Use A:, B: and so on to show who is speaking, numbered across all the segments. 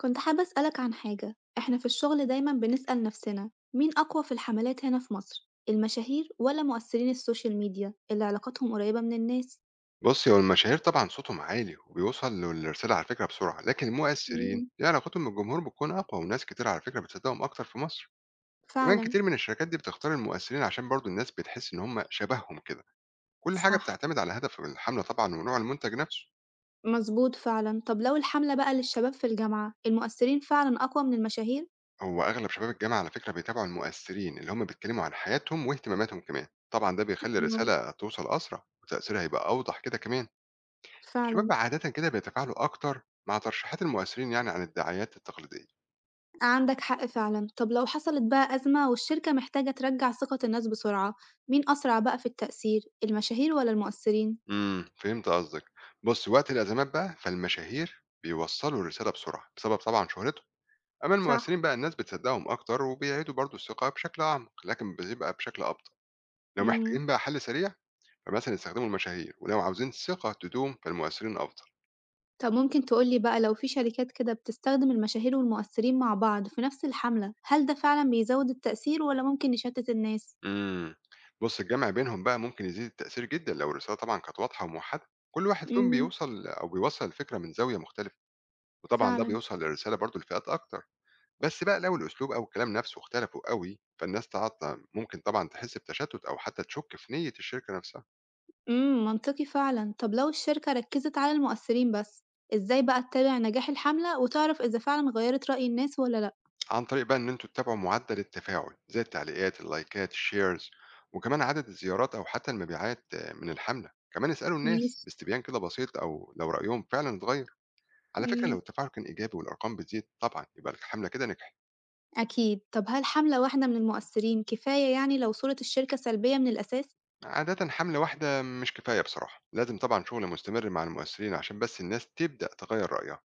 A: كنت حابة أسألك عن حاجة، إحنا في الشغل دايمًا بنسأل نفسنا مين أقوى في الحملات هنا في مصر؟ المشاهير ولا مؤثرين السوشيال ميديا اللي علاقاتهم قريبة من الناس؟
B: بُصّي، هو المشاهير طبعًا صوتهم عالي وبيوصل للرسالة على فكرة بسرعة، لكن المؤثرين
A: مم،
B: دي علاقتهم بالجمهور بتكون أقوى وناس كتير على فكرة بتصدقهم أكتر في مصر. كمان
A: فعلًا.
B: كتير من الشركات دي بتختار المؤثرين عشان برضه الناس بتحس إن هم شبههم كده. كل حاجة
A: صح،
B: بتعتمد على هدف الحملة طبعًا ونوع المنتج نفسه.
A: مظبوط فعلًا، طب لو الحملة بقى للشباب في الجامعة المؤثرين فعلًا أقوى من المشاهير؟
B: هو أغلب شباب الجامعة على فكرة بيتابعوا المؤثرين اللي هم بيتكلموا عن حياتهم واهتماماتهم كمان. طبعًا ده بيخلّي
A: مم،
B: الرسالة توصل أسرع وتأثيرها يبقى أوضح كده كمان. الشباب
A: فعلًا.
B: عادةً كده بيتفاعلوا أكتر مع ترشيحات المؤثرين يعني عن الدعايات التقليدية.
A: عندك حق فعلًا، طب لو حصلت بقى أزمة والشركة محتاجة ترجع ثقة الناس بسرعة، مين أسرع بقى في التأثير؟ المشاهير ولا المؤثرين؟
B: فهمت قصدك. بُص، وقت الأزمات بقى فالمشاهير بيوصّلوا الرسالة بسرعة، بسبب طبعًا شهرتهم. أمّا المؤثرين
A: صح،
B: بقى الناس بتصدّقهم أكتر وبيعيدوا برضه الثقة بشكل أعمق، لكن بتبقى بشكل أبطأ. لو
A: امم.
B: محتاجين بقى حل سريع، فمثلًا يستخدموا المشاهير، ولو عاوزين الثقة تدوم فالمؤثرين أفضل.
A: طب ممكن تقول لي بقى لو في شركات كده بتستخدم المشاهير والمؤثرين مع بعض في نفس الحملة، هل ده فعلًا بيزود التأثير والّا ممكن يشتت الناس؟
B: إمم، بُص الجمع بينهم بقى ممكن يزيد التأثير جدًا لو الرسالة طبعًا كانت واضحة وموحدة. كل واحد فيهم
A: إمم،
B: بيوصل أو بيوصّل الفكرة من زاوية مختلفة، وطبعًا ده
A: فعلًا،
B: بيوصل الرسالة برضه لفئات أكتر. بس بقى لو الأسلوب أو الكلام نفسه اختلفوا قوي فالناس تعطل ممكن طبعا تحس بتشتت أو حتى تشك في نية الشركة نفسها.
A: إمم، منطقي فعلًا، طب لو الشركة ركزت على المؤثرين بس، إزاي بقى تتابع نجاح الحملة وتعرف إذا فعلًا غيّرت رأي الناس والّا لأ؟
B: عن طريق بقى إن أنتوا تتابعوا معدل التفاعل زي التعليقات اللايكات الشيرز، وكمان عدد الزيارات أو حتى المبيعات من الحملة. كمان اسألوا
A: ماشي،
B: الناس باستبيان كده بسيط أو لو رأيهم فعلا اتغير. على فكرة لو
A: إمم،
B: التفاعل كان إيجابي والأرقام بتزيد طبعا يبقى الحملة كده نجحت.
A: أكيد، طب هل حملة واحدة من المؤثرين كفاية يعني لو صورة الشركة سلبية من الأساس؟
B: عادة حملة واحدة مش كفاية بصراحة، لازم طبعا شغل مستمر مع المؤثرين عشان بس الناس تبدأ تغير رأيها.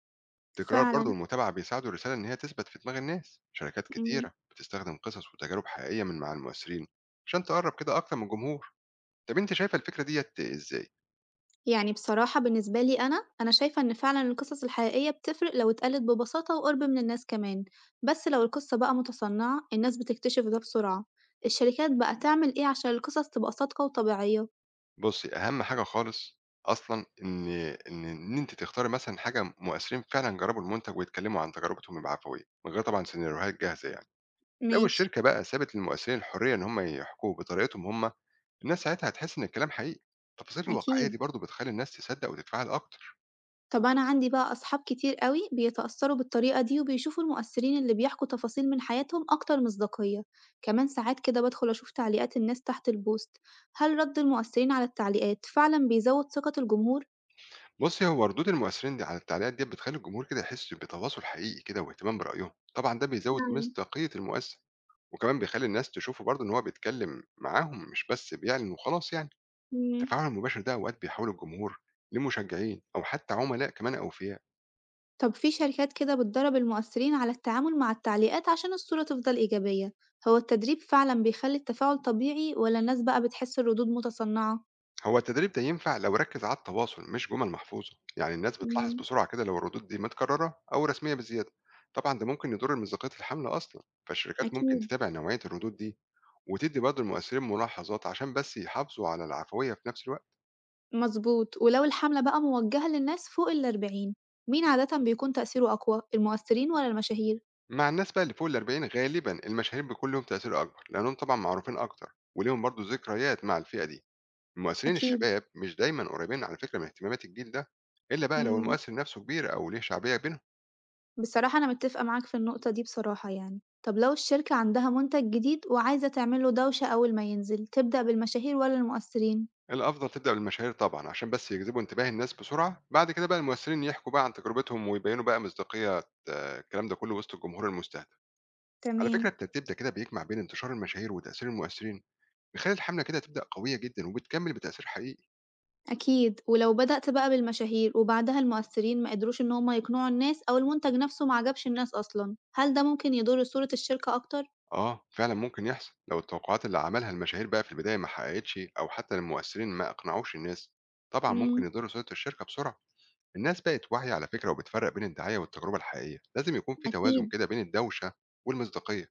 B: تكرار برضه
A: فعلًا،
B: والمتابعة بيساعدوا الرسالة إن هي تثبت في دماغ الناس، شركات
A: إمم.
B: كتيرة بتستخدم قصص وتجارب حقيقية من مع المؤثرين عشان تقرب كده أكتر من الجمهور، طب أنت شايفة الفكرة ديّة إزاي؟
A: يعني بصراحة بالنسبة لي أنا شايفة إن فعلًا القصص الحقيقية بتفرق لو اتقالت ببساطة وقرب من الناس كمان، بس لو القصة بقى متصنعة الناس بتكتشف ده بسرعة، الشركات بقى تعمل إيه عشان القصص تبقى صادقة وطبيعية؟
B: بُصّي، أهم حاجة خالص أصلًا إن أنتِ تختاري مثلًا حاجة مؤثرين فعلًا جربوا المنتج ويتكلموا عن تجربتهم بعفوية، من غير طبعًا سيناريوهات جاهزة يعني. لو
A: ماشي،
B: الشركة بقى سابت للمؤثرين الحرية إن هم يحكوا بطريقتهم هم، الناس ساعتها هتحس إن الكلام حقيقي، التفاصيل الواقعية
A: أكيد،
B: دي برضه بتخلّي الناس تصدق وتتفاعل أكتر.
A: طب أنا عندي بقى أصحاب كتير قوي بيتأثروا بالطريقة دي وبيشوفوا المؤثرين اللي بيحكوا تفاصيل من حياتهم أكتر مصداقية، كمان ساعات كده بدخل أشوف تعليقات الناس تحت البوست، هل رد المؤثرين على التعليقات فعلًا بيزود ثقة الجمهور؟
B: بُصّي، هو ردود المؤثرين دي على التعليقات ديّة بتخلّي الجمهور كده يحس بتواصل حقيقي كده واهتمام برأيهم، طبعًا ده بيزوّد
A: فعلًا.
B: مصداقية المؤثر، وكمان بيخلّي الناس تشوفه برضه إن هو بيتكلّم معاهم مش بس بيعلن وخلاص يعني.
A: إمم.
B: التفاعل المباشر ده أوقات بيحوّل الجمهور لمشجعين أو حتى عملاء كمان أوفياء.
A: طب في شركات كده بتدرب المؤثرين على التعامل مع التعليقات عشان الصورة تفضل إيجابية، هو التدريب فعلا بيخلي التفاعل طبيعي ولا الناس بقى بتحس الردود متصنعة؟
B: هو التدريب ده ينفع لو ركّز على التواصل مش جُمل محفوظة، يعني الناس بتلاحظ
A: مم،
B: بسرعة كده لو الردود دي متكررة أو رسمية بزيادة، طبعًا ده ممكن يضر مصداقية الحملة أصلًا، فالشركات ممكن
A: أكيد.
B: تتابع نوعية الردود دي وتدي برضه المؤثرين ملاحظات عشان بس يحافظوا على العفوية في نفس الوقت.
A: مظبوط، ولو الحملة بقى موجهة للناس فوق 40 مين عادة بيكون تأثيره أقوى المؤثرين ولا المشاهير؟
B: مع الناس بقى اللي فوق 40 غالبا المشاهير بيكون لهم تأثير أكبر لأنهم طبعا معروفين أكتر وليهم برضه ذكريات مع الفئة دي. المؤثرين
A: أكيد.
B: الشباب مش دايما قريبين على فكرة من اهتمامات الجيل ده، إلا بقى لو
A: مم.
B: المؤثر نفسه كبير أو ليه شعبية بينهم.
A: بصراحة أنا متفقة معاك في النقطة دي، بصراحة يعني طب لو الشركة عندها منتج جديد وعايزة تعمله دوشة أول ما ينزل تبدأ بالمشاهير ولا المؤثرين؟
B: الأفضل تبدأ بالمشاهير طبعا عشان بس يجذبوا انتباه الناس بسرعة، بعد كده بقى المؤثرين يحكوا بقى عن تجربتهم ويبينوا بقى مصداقية. الكلام ده كله وسط الجمهور المستهدف. على فكرة
A: تمام.
B: الترتيب ده كده بيجمع بين انتشار المشاهير وتأثير المؤثرين، بيخلّي الحملة كده تبدأ قوية جدًا وبتكمّل بتأثير حقيقي.
A: أكيد، ولو بدأت بقى بالمشاهير وبعدها المؤثرين ما قدروش إن هم يقنعوا الناس أو المنتج نفسه ما عجبش الناس أصلًا، هل ده ممكن يضر صورة الشركة أكتر؟
B: فعلًا ممكن يحصل لو التوقعات اللي عملها المشاهير بقى في البداية ما حققتش أو حتى المؤثرين ما أقنعوش الناس. طبعًا ممكن
A: إمم،
B: يضروا صورة الشركة بسرعة. الناس بقت واعية على فكرة وبتفرّق بين الدعاية والتجربة الحقيقية. لازم يكون في توازن
A: أكيد،
B: كده بين الدوشة والمصداقية،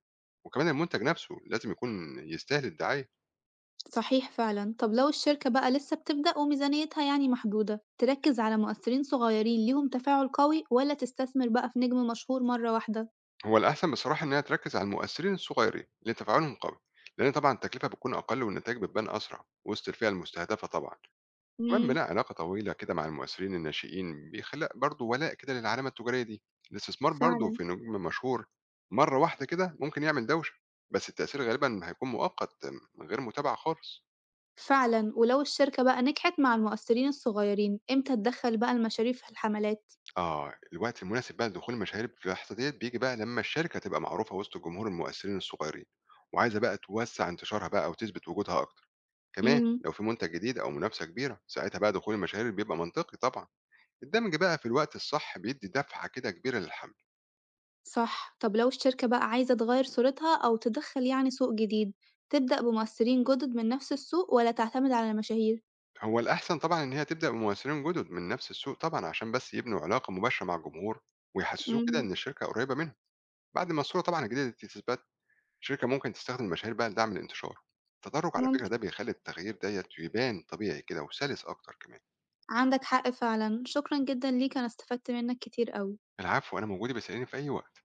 B: وكمان المنتج نفسه لازم يكون يستاهل الدعاية.
A: صحيح فعلًا. طب لو الشركة بقى لسه بتبدأ وميزانيتها يعني محدودة، تركز على مؤثرين صغيرين ليهم تفاعل قوي ولا تستثمر بقى في نجم مشهور مرة واحدة؟
B: هو الأحسن بصراحة إنها تركّز على المؤثرين الصغيرين اللي تفاعلهم قوي، لإن طبعًا التكلفة بتكون أقل والنتايج بتبان أسرع وسط الفئة المستهدفة طبعًا. كمان
A: إمم،
B: بناء علاقة طويلة كده مع المؤثرين الناشئين بيخلق برضه ولاء كده للعلامة التجارية دي. الاستثمار برضه
A: فعلًا،
B: في نجم مشهور مرة واحدة كده ممكن يعمل دوشة، بس التأثير غالبا هيكون مؤقت من غير متابعة خالص.
A: فعلًا. ولو الشركة بقى نجحت مع المؤثرين الصغيرين، إمتى تدخّل بقى المشاريع في الحملات؟
B: اه الوقت المناسب بقى لدخول المشاهير في اللحظة ديت بيجي بقى لما الشركة تبقى معروفة وسط جمهور المؤثرين الصغيرين وعايزة بقى توسع انتشارها بقى أو تثبت وجودها أكتر. كمان
A: إمم.
B: لو في منتج جديد أو منافسة كبيرة ساعتها بقى دخول المشاهير بيبقى منطقي طبعا. الدمج بقى في الوقت الصح بيدي دفعة كده كبيرة للحمل.
A: صح، طب لو الشركة بقى عايزة تغير صورتها أو تدخل يعني سوق جديد تبدأ بممثلين جدد من نفس السوق ولا تعتمد على المشاهير؟
B: هو الأحسن طبعًا إن هي تبدأ بممثلين جُدد من نفس السوق طبعًا، عشان بس يبنوا علاقة مباشرة مع الجمهور، ويحسسوه كده
A: مم،
B: إن الشركة قريبة منهم. بعد ما الصورة طبعًا الجديدة دي تثبت، الشركة ممكن تستخدم المشاهير بقى لدعم الانتشار. التدرج على فكرة
A: ممكن.
B: ده بيخلّي التغيير ديّة يبان طبيعي كده وسلس أكتر كمان.
A: عندك حق فعلا، شكرا جدا ليك أنا استفدت منك كتير أوي.
B: العفو، أنا موجود، يبقى اسأليني في أي وقت.